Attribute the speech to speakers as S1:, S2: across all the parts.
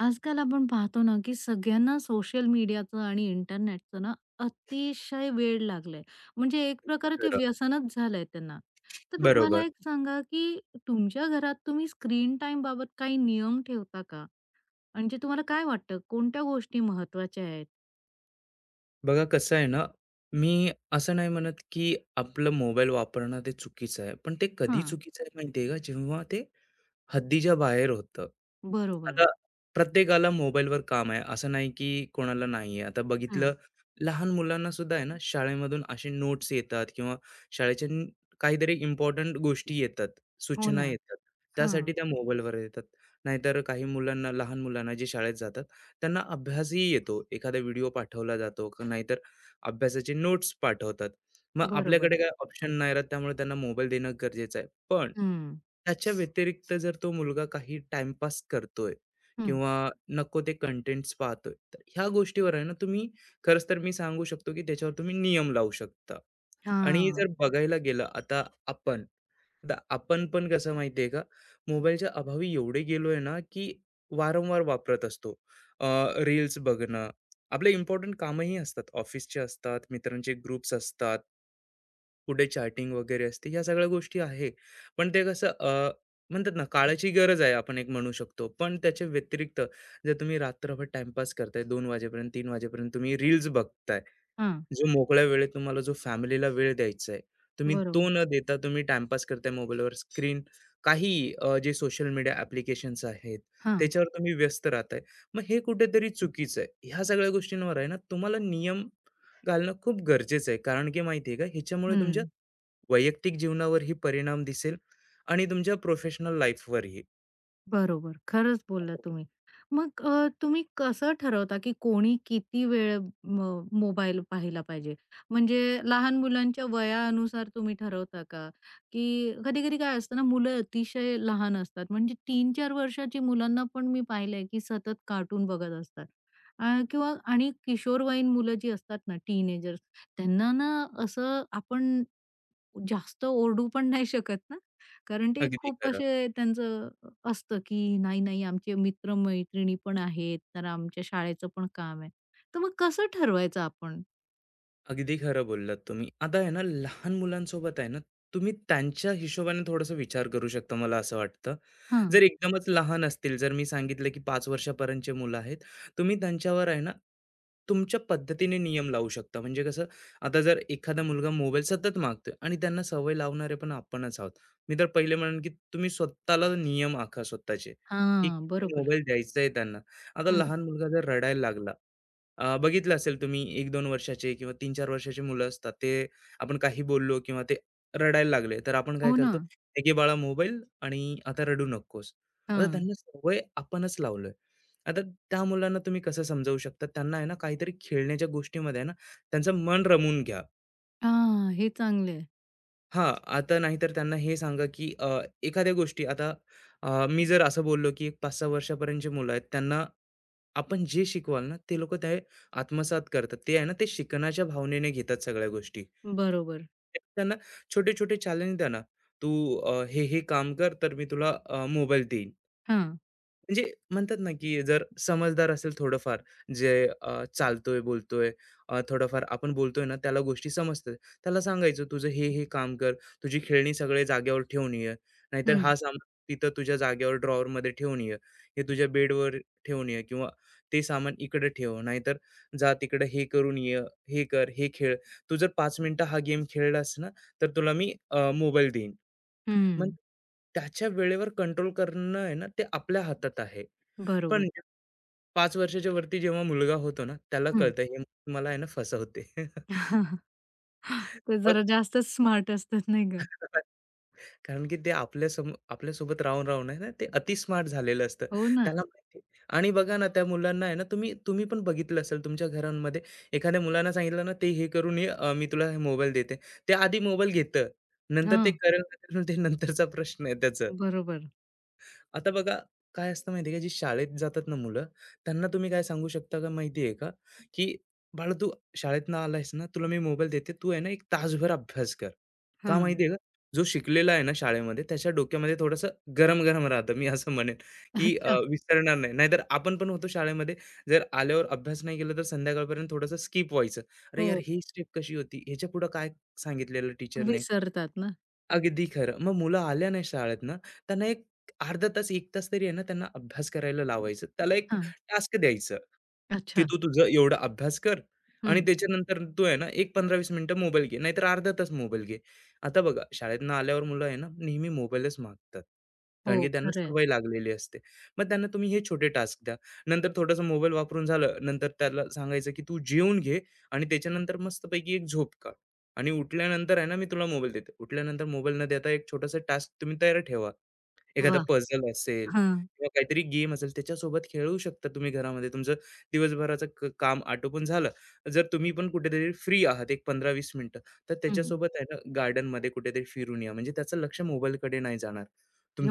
S1: आजकाल आपण पाहतो ना, की सगळ्यांना सोशल मीडियाचं आणि इंटरनेटचं ना अतिशय वेड लागलंय. म्हणजे एक प्रकारे ते
S2: खरं.
S1: व्यसनच झालंय त्यांना. तर मला
S2: बरोबर.
S1: एक सांगा, की तुमच्या घरात तुम्ही स्क्रीन टाईमबाबत काही नियम ठेवता का? म्हणजे तुम्हाला काय वाटतं कोणत्या गोष्टी महत्त्वाच्या आहेत?
S2: बघा कसं आहे ना, मी असं नाही म्हणत, की आपलं मोबाईल वापरणं ते चुकीचं आहे. पण ते कधी
S1: हां,
S2: चुकीचं आहे माहिती आहे का? जेव्हा ते हद्दीच्या बाहेर होतं.
S1: बरोबर.
S2: आता प्रत्येकाला मोबाईलवर काम आहे, असं नाही की कोणाला नाही आहे. आता
S1: हं.
S2: बघितलं, लहान मुलांना सुद्धा आहे ना, शाळेमधून असे नोट्स येतात किंवा शाळेच्या न काहीतरी इम्पोर्टंट गोष्टी येतात,
S1: हो
S2: सूचना
S1: ना.
S2: येतात.
S1: हां,
S2: त्यासाठी त्या मोबाईलवर येतात. नाहीतर काही मुलांना, लहान मुलांना जे शाळेत जातात, त्यांना अभ्यासही येतो. एखादा व्हिडिओ पाठवला जातो, नाहीतर अभ्यासाचे नोट्स पाठवतात. मग
S1: बरोबर.
S2: आपल्याकडे काय ऑप्शन नाही राहत, त्यामुळे त्यांना मोबाईल देणं गरजेचं आहे. पण
S1: हं,
S2: त्याच्या व्यतिरिक्त जर तो मुलगा काही टाइमपास करतोय
S1: हं.
S2: किंवा नको ते कंटेंट्स पाहतोय तर ह्या गोष्टीवर आहे ना तुम्ही खरंच तर मी सांगू शकतो की त्याच्यावर तुम्ही नियम लावू शकता आणि जर
S1: हां,
S2: बघायला गेलं आता आपण आता आपण पण कसं माहितीये का मोबाईलच्या अभावी एवढे गेलोय ना की वारंवार वापरत असतो रील्स बघणं आपले इम्पॉर्टंट कामही असतात ऑफिसचे असतात मित्रांचे ग्रुप्स असतात कुठे चॅटिंग वगैरे असते ह्या सगळ्या गोष्टी आहे पण ते कसं म्हणतात ना काळाची गरज आहे आपण एक म्हणू शकतो पण त्याच्या व्यतिरिक्त जर तुम्ही रात्रभर टाइमपास करताय 2 वाजेपर्यंत 3 वाजेपर्यंत तुम्ही रील्स बघताय
S1: हां.
S2: जो मोकळ्या वेळेत तुम्हाला जो फॅमिलीला वेळ द्यायचा आहे, तुम्ही तो
S1: बरोबर.
S2: न देता तुम्ही टाईमपास करताय मोबाईलवर, स्क्रीन काही जे सोशल मीडिया ॲप्लिकेशन्स आहेत,
S1: हां.
S2: त्याच्यावर तुम्ही व्यस्त राहताय. मग हे कुठेतरी चुकीचं आहे. ह्या सगळ्या गोष्टींवर आहे ना, तुम्हाला नियम घालणं खूप गरजेचं आहे. कारण की माहिती आहे का, ह्याच्यामुळे तुमच्या
S1: हं.
S2: वैयक्तिक जीवनावरही परिणाम दिसेल आणि तुमच्या प्रोफेशनल लाईफवरही.
S1: बरोबर. खरंच बोललात तुम्ही. मग तुम्ही कसं ठरवता, की कोणी किती वेळ मो मोबाईल पाहिला पाहिजे? म्हणजे लहान मुलांच्या वयानुसार तुम्ही ठरवता का? की कधी-कधी काय असतं ना, मुलं अतिशय लहान असतात. म्हणजे 3-4 वर्षाची मुलांना पण मी पाहिलंय, की सतत कार्टून बघत असतात. अ, किंवा आणि किशोरवयीन मुलं जी असतात ना, टीनेजर्स त्यांना ना असं आपण जास्त ओरडू पण नाही शकत ना, कारण ते
S2: अगदी
S1: खूप
S2: खरं.
S1: असे त्यांचं असतं, की नाही, नाही आमचे मित्र-मैत्रिणी पण आहेत, तर आमच्या शाळेचं पण काम आहे. तर मग कसं ठरवायचं आपण?
S2: अगदी खरं बोललात तुम्ही. आता आहे ना लहान मुलांसोबत आहे ना, तुम्ही त्यांच्या हिशोबाने थोडासा विचार करू शकता मला असं वाटतं.
S1: हां,
S2: जर एकदमच लहान असतील, जर मी सांगितलं की 5 वर्षापर्यंतचे मुलं आहेत, तुम्ही त्यांच्यावर आहे ना, तुमच्या पद्धतीने नियम लावू शकता. म्हणजे कसं, आता जर एखादा मुलगा मोबाईल सतत मागतोय आणि त्यांना सवय लावणारे पण आपणच आहोत. मी तर पहिले म्हणेन की तुम्ही स्वतःला नियम आखा स्वतःचे, की
S1: हां,
S2: किती
S1: बरोबर.
S2: मोबाईल द्यायचा आहे त्यांना. आता
S1: हं.
S2: लहान मुलगा जर रडायला लागला, बघितलं असेल तुम्ही 1-2 वर्षाचे किंवा 3-4 वर्षाचे मुलं असतात, ते आपण काही बोललो किंवा ते रडायला लागले, तर आपण काय
S1: हो ना.
S2: करतो, "हे घे बाळा मोबाईल आणि आता रडू नकोस." आता
S1: हां.
S2: त्यांना सवय आपणच लावलोय. आता त्या मुलांना तुम्ही कसं समजावू शकता? त्यांना आहे ना काहीतरी खेळण्याच्या गोष्टीमध्ये आहे ना त्यांचं मन रमवून घ्या.
S1: हां, हे चांगले, आहे.
S2: हां, आता नाहीतर त्यांना हे सांगा, की एखाद्या गोष्टी आता मी जर असं बोललो, की 5-6 वर्षापर्यंतची मुलं आहेत त्यांना आपण जे शिकवाल ना, ते लोकं ते आत्मसात करतात. ते आहे ना ते शिकण्याच्या भावनेने घेतात सगळ्या गोष्टी.
S1: बरोबर.
S2: त्यांना छोटे-छोटे चॅलेंज द्या ना. तू हे-हे काम कर, तर मी तुला मोबाईल देईन.
S1: हां.
S2: म्हणजे म्हणतात ना की जर समजदार असेल थोडंफार जे चालतोय बोलतोय थोडंफार आपण बोलतोय ना त्याला गोष्टी समजतात त्याला सांगायचं तुझं हे हे काम कर तुझी खेळणी सगळे जाग्यावर ठेवून ये नाहीतर
S1: हं,
S2: हा सामान तिथं तुझ्या जागेवर ड्रॉवर मध्ये ठेवून ये हे तुझ्या बेडवर ठेवून ये किंवा ते सामान इकडे ठेव नाहीतर जा तिकडे हे करून ये हे कर हे खेळ तू जर 5 मिनिटं हा गेम खेळलास ना तर तुला मी मोबाईल देईन मग
S1: हं.
S2: त्याच्या वेळेवर कंट्रोल करणं आहे ना, ते आपल्या हातात आहे.
S1: बरोबर.
S2: पण 5 वर्षाच्या वरती जेव्हा मुलगा होतो ना, त्याला
S1: हं.
S2: कळतं हे मला आहे ना फसवते.
S1: ते
S2: मग
S1: जरा जास्तच स्मार्ट असतात नाही का?
S2: कारण की ते आपल्यासोबत राहून-राहून आहे ना, ते अति स्मार्ट झालेलं असतं.
S1: हो ना.
S2: त्याला माहिती आणि बघा ना, त्या मुलांना आहे ना, तुम्ही तुम्ही पण बघितलं असेल तुमच्या घरांमध्ये एखाद्या मुलांना सांगितलं ना, "ते हे करून ये, अ, मी तुला मोबाईल देते." ते आधी मोबाईल घेतं. नंतर ते
S1: हां,
S2: करेल, ना करेल, ते नंतरचा प्रश्न आहे त्याचा.
S1: बरोबर.
S2: आता बघा, काय असतं माहिती आहे का, जी शाळेत जातात ना मुलं, त्यांना तुम्ही काय सांगू शकता का माहिती आहे का, की "बाळा, तू शाळेतनं आलायस ना, तुला मी मोबाईल देते. तू आहे ना, 1 तासभर अभ्यास कर." का
S1: हां.
S2: माहिती आहे का, जो शिकलेला आहे ना शाळेमध्ये, त्याच्या डोक्यामध्ये थोडंसं गरम-गरम राहतं. मी असं म्हणेन, की
S1: अच्छा.
S2: विसरणार नाही. नाहीतर आपण पण होतो शाळेमध्ये, जर आल्यावर अभ्यास नाही केला, तर संध्याकाळपर्यंत थोडंसं स्किप व्हायचं. "अरे यार,
S1: हो.
S2: ही स्टेप कशी होती? ह्याच्यापुढं काय सांगितलेलं टीचरने?"
S1: विसरतात ना.
S2: अगदी खरं. मग मुलं आल्या नाही शाळेतनं, त्यांना एक अर्धा तास, 1 तास तरी आहे ना त्यांना अभ्यास करायला लावायचं. त्याला एक
S1: हां.
S2: टास्क द्यायचं, की
S1: अच्छा.
S2: तू तुझं एवढा अभ्यास कर आणि
S1: हं.
S2: त्याच्यानंतर तू आहे ना एक 15-20 मिनिटं मोबाईल घे, नाहीतर अर्धा तास मोबाईल घे. आता बघा शाळेतनं आल्यावर मुलं आहे ना नेहमी मोबाईलच मागतात.
S1: हो,
S2: कारण की त्यांना
S1: खरं.
S2: सवय लागलेली असते. मग त्यांना तुम्ही हे छोटे टास्क द्या. नंतर थोडासा मोबाईल वापरून झालं, नंतर त्याला सांगायचं, की तू जेवून घे आणि त्याच्यानंतर मस्तपैकी एक झोप काढ. आणि उठल्यानंतर आहे ना, मी तुला मोबाईल देते. उठल्यानंतर मोबाईल न देता एक छोटासा टास्क तुम्ही तयार ठेवा.
S1: वा,
S2: एखादा
S1: वाह!
S2: पझल असेल
S1: हां.
S2: किंवा काहीतरी गेम असेल त्याच्यासोबत खेळू शकता तुम्ही घरामध्ये. तुमचं दिवसभराचं काम आटोपून झालं. जर तुम्ही पण कुठेतरी फ्री आहात एक 15-20 मिनिटं, तर
S1: हं.
S2: त्याच्यासोबत आहे ना गार्डनमध्ये कुठेतरी फिरून या. म्हणजे त्याचं लक्ष मोबाईलकडे नाही जाणार.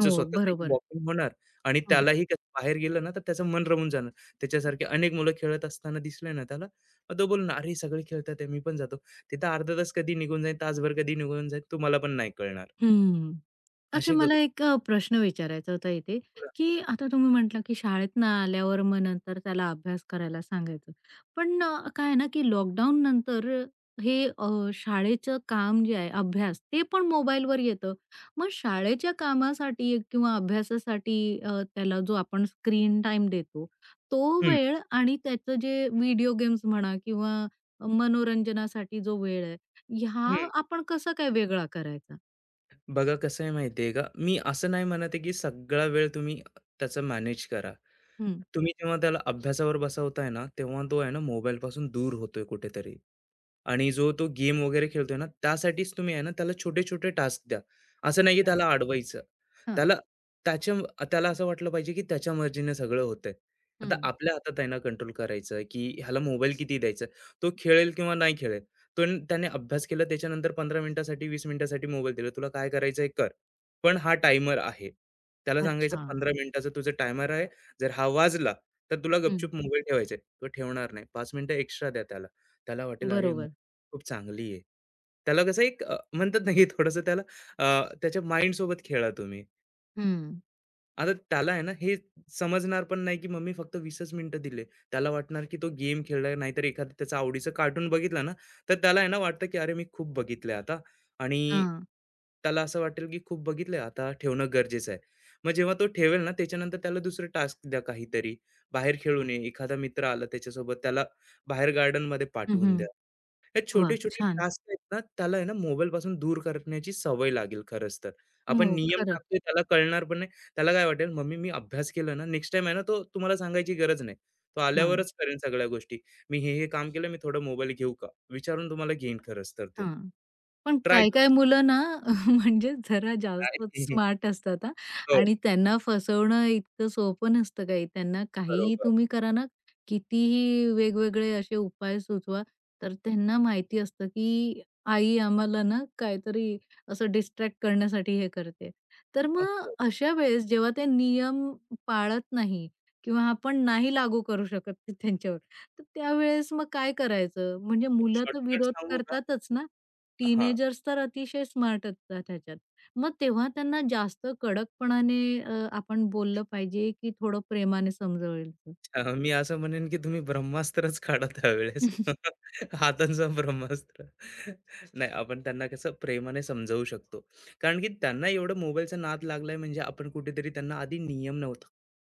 S1: हो,
S2: स्वतःचंही
S1: बरोबर.
S2: वॉकिंग होणार आणि
S1: हं.
S2: त्यालाही कसं बाहेर गेलं ना, तर त्याचं मन रमून जाणार. त्याच्यासारखे अनेक मुलं खेळत असताना दिसले ना त्याला, मग तो बोलणार, "अरे, सगळे खेळतात आहे, मी पण जातो." तिथं अर्धा तास कधी निघून जाईल, तासभर कधी निघून जाईल तुम्हाला पण नाही कळणार.
S1: हं. अच्छा,
S2: असे
S1: मला
S2: करू
S1: एक प्रश्न विचारायचा होता इथे,
S2: बघा.
S1: की आता तुम्ही म्हटलं, की शाळेतनं आल्यावर मग नंतर त्याला अभ्यास करायला सांगायचं. पण काय आहे ना, की लॉकडाऊन नंतर हे शाळेचं काम जे आहे अभ्यास, ते पण मोबाईलवर येतं. मग शाळेच्या कामासाठी किंवा अभ्यासासाठी त्याला जो आपण स्क्रीन टाईम देतो, तो
S2: हं,
S1: वेळ आणि त्याचं जे व्हिडिओ गेम्स म्हणा किंवा मनोरंजनासाठी जो वेळ आहे, हा
S2: हं.
S1: आपण कसा काय वेगळा करायचा?
S2: बघा कसं आहे माहिती आहे का, मी असं नाही म्हणत आहे की सगळा वेळ तुम्ही त्याचं मॅनेज करा.
S1: हं.
S2: तुम्ही जेव्हा त्याला अभ्यासावर बसवताय ना, तेव्हा तो आहे ना मोबाईलपासून दूर होतोय कुठेतरी. आणि जो तो गेम वगैरे खेळतोय ना, त्यासाठीच तुम्ही आहे ना, त्याला छोटे-छोटे टास्क द्या. असं नाही की
S1: अच्छा.
S2: त्याला अडवायचं. त्याला त्याच्या त्याला असं वाटलं पाहिजे की त्याच्या मर्जीने सगळं होतंय. आता
S1: हं.
S2: आपल्या हातात आहे ना कंट्रोल करायचं, की ह्याला मोबाईल किती द्यायचा. तो खेळेल किंवा नाही खेळेल. पण त्याने अभ्यास केला त्याच्यानंतर 15 मिनिटासाठी, 20 मिनिटासाठी मोबाईल दिला. तुला काय करायचंय कर. पण हा टायमर आहे. त्याला सांगायचं
S1: अच्छा.
S2: 15 मिनिटाचं तुझं टायमर आहे. जर हा वाजला, तर तुला
S1: हं.
S2: गपचूप मोबाईल ठेवायचा तो ठेवणार नाही. 5 मिनिटं एक्स्ट्रा द्या त्याला. त्याला वाटेल अरे
S1: बरोबर.
S2: खूप चांगली आहे. त्याला कसं एक म्हणतात ना, की थोडंसं त्याला अ, त्याच्या माइंडसोबत खेळा तुम्ही.
S1: हं.
S2: आता त्याला आहे ना, हे समजणार पण नाही, की मम्मी फक्त 20च मिनिटं दिले. त्याला वाटणार, की तो गेम खेळला, नाहीतर एखादं त्याचं आवडीचं कार्टून बघितलं ना, तर त्याला आहे ना वाटतं, की अरे मी खूप बघितलंय आता आणि
S1: हां.
S2: त्याला असं वाटेल, की खूप बघितलंय आता ठेवणं गरजेचं आहे. मग जेव्हा तो ठेवेल ना, त्याच्यानंतर त्याला दुसरं टास्क द्या काहीतरी. बाहेर खेळून ये, एखादा मित्र आला त्याच्यासोबत त्याला बाहेर गार्डनमध्ये
S1: हं,
S2: पाठवून द्या.
S1: हं.
S2: हे
S1: वाह!
S2: छोटे-छोटे
S1: छान.
S2: टास्क आहेत ना, त्याला आहे ना मोबाईलपासून दूर करण्याची सवय लागेल खरंच तर. आपण
S1: हो,
S2: नियम
S1: खरं.
S2: टाकतोय त्याला कळणार पण नाही. त्याला काय वाटेल, "मम्मी मी अभ्यास केला ना, नेक्स्ट टाईम आहे ना तो तुम्हाला सांगायची गरज नाही. तो
S1: हां.
S2: आल्यावरच करेन सगळ्या गोष्टी. मी हे काम केलं, मी थोडा मोबाईल घेऊ का?" विचारून तुम्हाला घेईन खरंच तर तो.
S1: हां. पण
S2: ट्राय करू
S1: काही-काही
S2: शकतो.
S1: मुलं ना म्हणजे जरा
S2: नाही.
S1: जास्तच स्मार्ट असतात हां.
S2: हो,
S1: आणि त्यांना फसवणं इतकं सोपं नसतं काही. त्यांना काहीही
S2: बरोबर.
S1: तुम्ही करा ना, कितीही वेगवेगळे असे उपाय सुचवा, तर त्यांना माहिती असतं की आई आम्हाला ना काहीतरी असं डिस्ट्रॅक्ट करण्यासाठी हे करते. तर मग
S2: हो.
S1: अशा वेळेस जेव्हा ते नियम पाळत नाही किंवा आपण नाही लागू करू शकत ते त्यांच्यावर, तर त्यावेळेस मग काय करायचं? म्हणजे
S2: एक
S1: मुलं तर
S2: शॉर्टकट
S1: विरोध
S2: सांगू का?
S1: करतातच ना.
S2: हां.
S1: टीनेजर्स तर अतिशय स्मार्ट असतात ह्याच्यात. मग तेव्हा त्यांना जास्त कडकपणाने आपण बोललं पाहिजे, की थोडं प्रेमाने समजवायचं?
S2: अच्छा, मी असं म्हणेन की तुम्ही ब्रह्मास्त्रच काढा त्यावेळेस. हातांचं ब्रह्मास्त्र. नाही, आपण त्यांना कसं प्रेमाने समजावू शकतो. कारण की त्यांना एवढं मोबाईलचा नाद लागलाय म्हणजे आपण कुठेतरी त्यांना आधी नियम नव्हता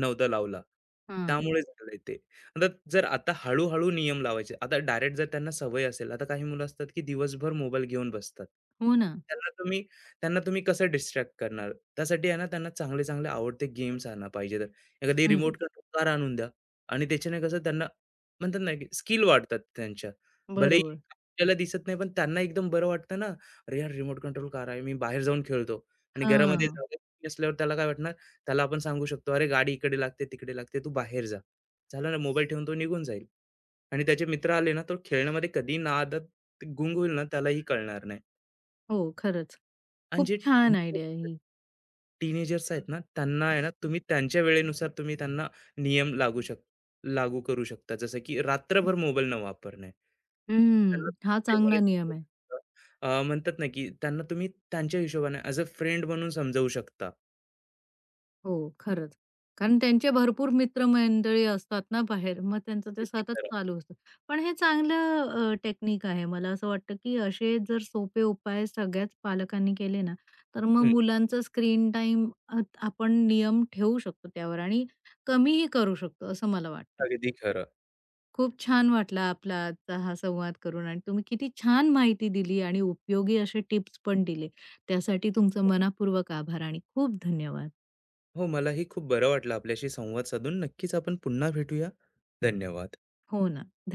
S2: नव्हता लावला.
S1: हां.
S2: त्यामुळे झालंय ते. आता जर आता हळू नियम लावायचे. आता डायरेक्ट जर त्यांना सवय असेल, आता काही मुलं असतात की दिवसभर मोबाईल घेऊन बसतात.
S1: हो ना.
S2: त्यांना तुम्ही त्यांना तुम्ही कसं डिस्ट्रॅक्ट करणार? त्यासाठी आहे ना त्यांना चांगले-चांगले आवडते गेम्स आणा पाहिजे तर. एखादी
S1: हं.
S2: रिमोट कंट्रोल कार आणून द्या. आणि त्याच्याने कसं त्यांना म्हणतात ना, की स्किल वाढतात त्यांच्या. भलेही
S1: बरोबर.
S2: आपल्याला दिसत नाही, पण त्यांना एकदम बरं वाटतं ना, "अरे यार, रिमोट कंट्रोल कार आहे, मी बाहेर जाऊन खेळतो." आणि घरामध्ये
S1: हां.
S2: जागा कमी असल्यावर त्याला काय वाटणार? त्याला आपण सांगू शकतो, "अरे, गाडी इकडे लागते, तिकडे लागते, तू बाहेर जा." झालं ना, मोबाईल ठेवून तो निघून जाईल आणि त्याचे मित्र आले ना, तो खेळण्यामध्ये कधी नादात गुंग होईल ना, त्यालाही कळणार नाही.
S1: हो, खरंच.
S2: आणि
S1: खूप
S2: जे
S1: छान
S2: टीनेजर्स
S1: आयडिया
S2: आहेत
S1: ही.
S2: टीनेजर्स आहेत ना, त्यांना आहे ना, तुम्ही त्यांच्या वेळेनुसार तुम्ही त्यांना नियम लागू शक लागू करू शकता. जसं की रात्रभर मोबाईल न वापरणे. त्यांना
S1: हं.
S2: तुम्ही
S1: हा
S2: प्रेमाने
S1: चांगला नियम आहे.
S2: समजावू शकता. म्हणतात ना, की त्यांना तुम्ही त्यांच्या हिशोबाने ॲज अ फ्रेंड म्हणून समजावू शकता.
S1: हो, खरंच. कारण त्यांचे भरपूर मित्रमंडळी असतात ना बाहेर, मग त्यांचं ते
S2: अगदी
S1: सतत
S2: खरं.
S1: चालू असतं. पण हे चांगलं टेक्निक आहे. मला असं वाटतं, की असे जर सोपे उपाय सगळ्याच पालकांनी केले ना, तर मग
S2: हं,
S1: मुलांचा स्क्रीन टाइम आपण नियम ठेवू शकतो त्यावर आणि कमीही करू शकतो, असं मला वाटतं.
S2: अगदी खरं.
S1: खूप छान वाटला आपला आजचा हा संवाद करून आणि तुम्ही किती छान माहिती दिली आणि उपयोगी असे टिप्स पण दिले. त्यासाठी तुमचं मनःपूर्वक आभार आणि खूप धन्यवाद.
S2: हो, मलाही खूप बरं वाटलं आपल्याशी संवाद साधून. नक्कीच आपण पुन्हा भेटूया. धन्यवाद.
S1: हो ना. धन्यवाद.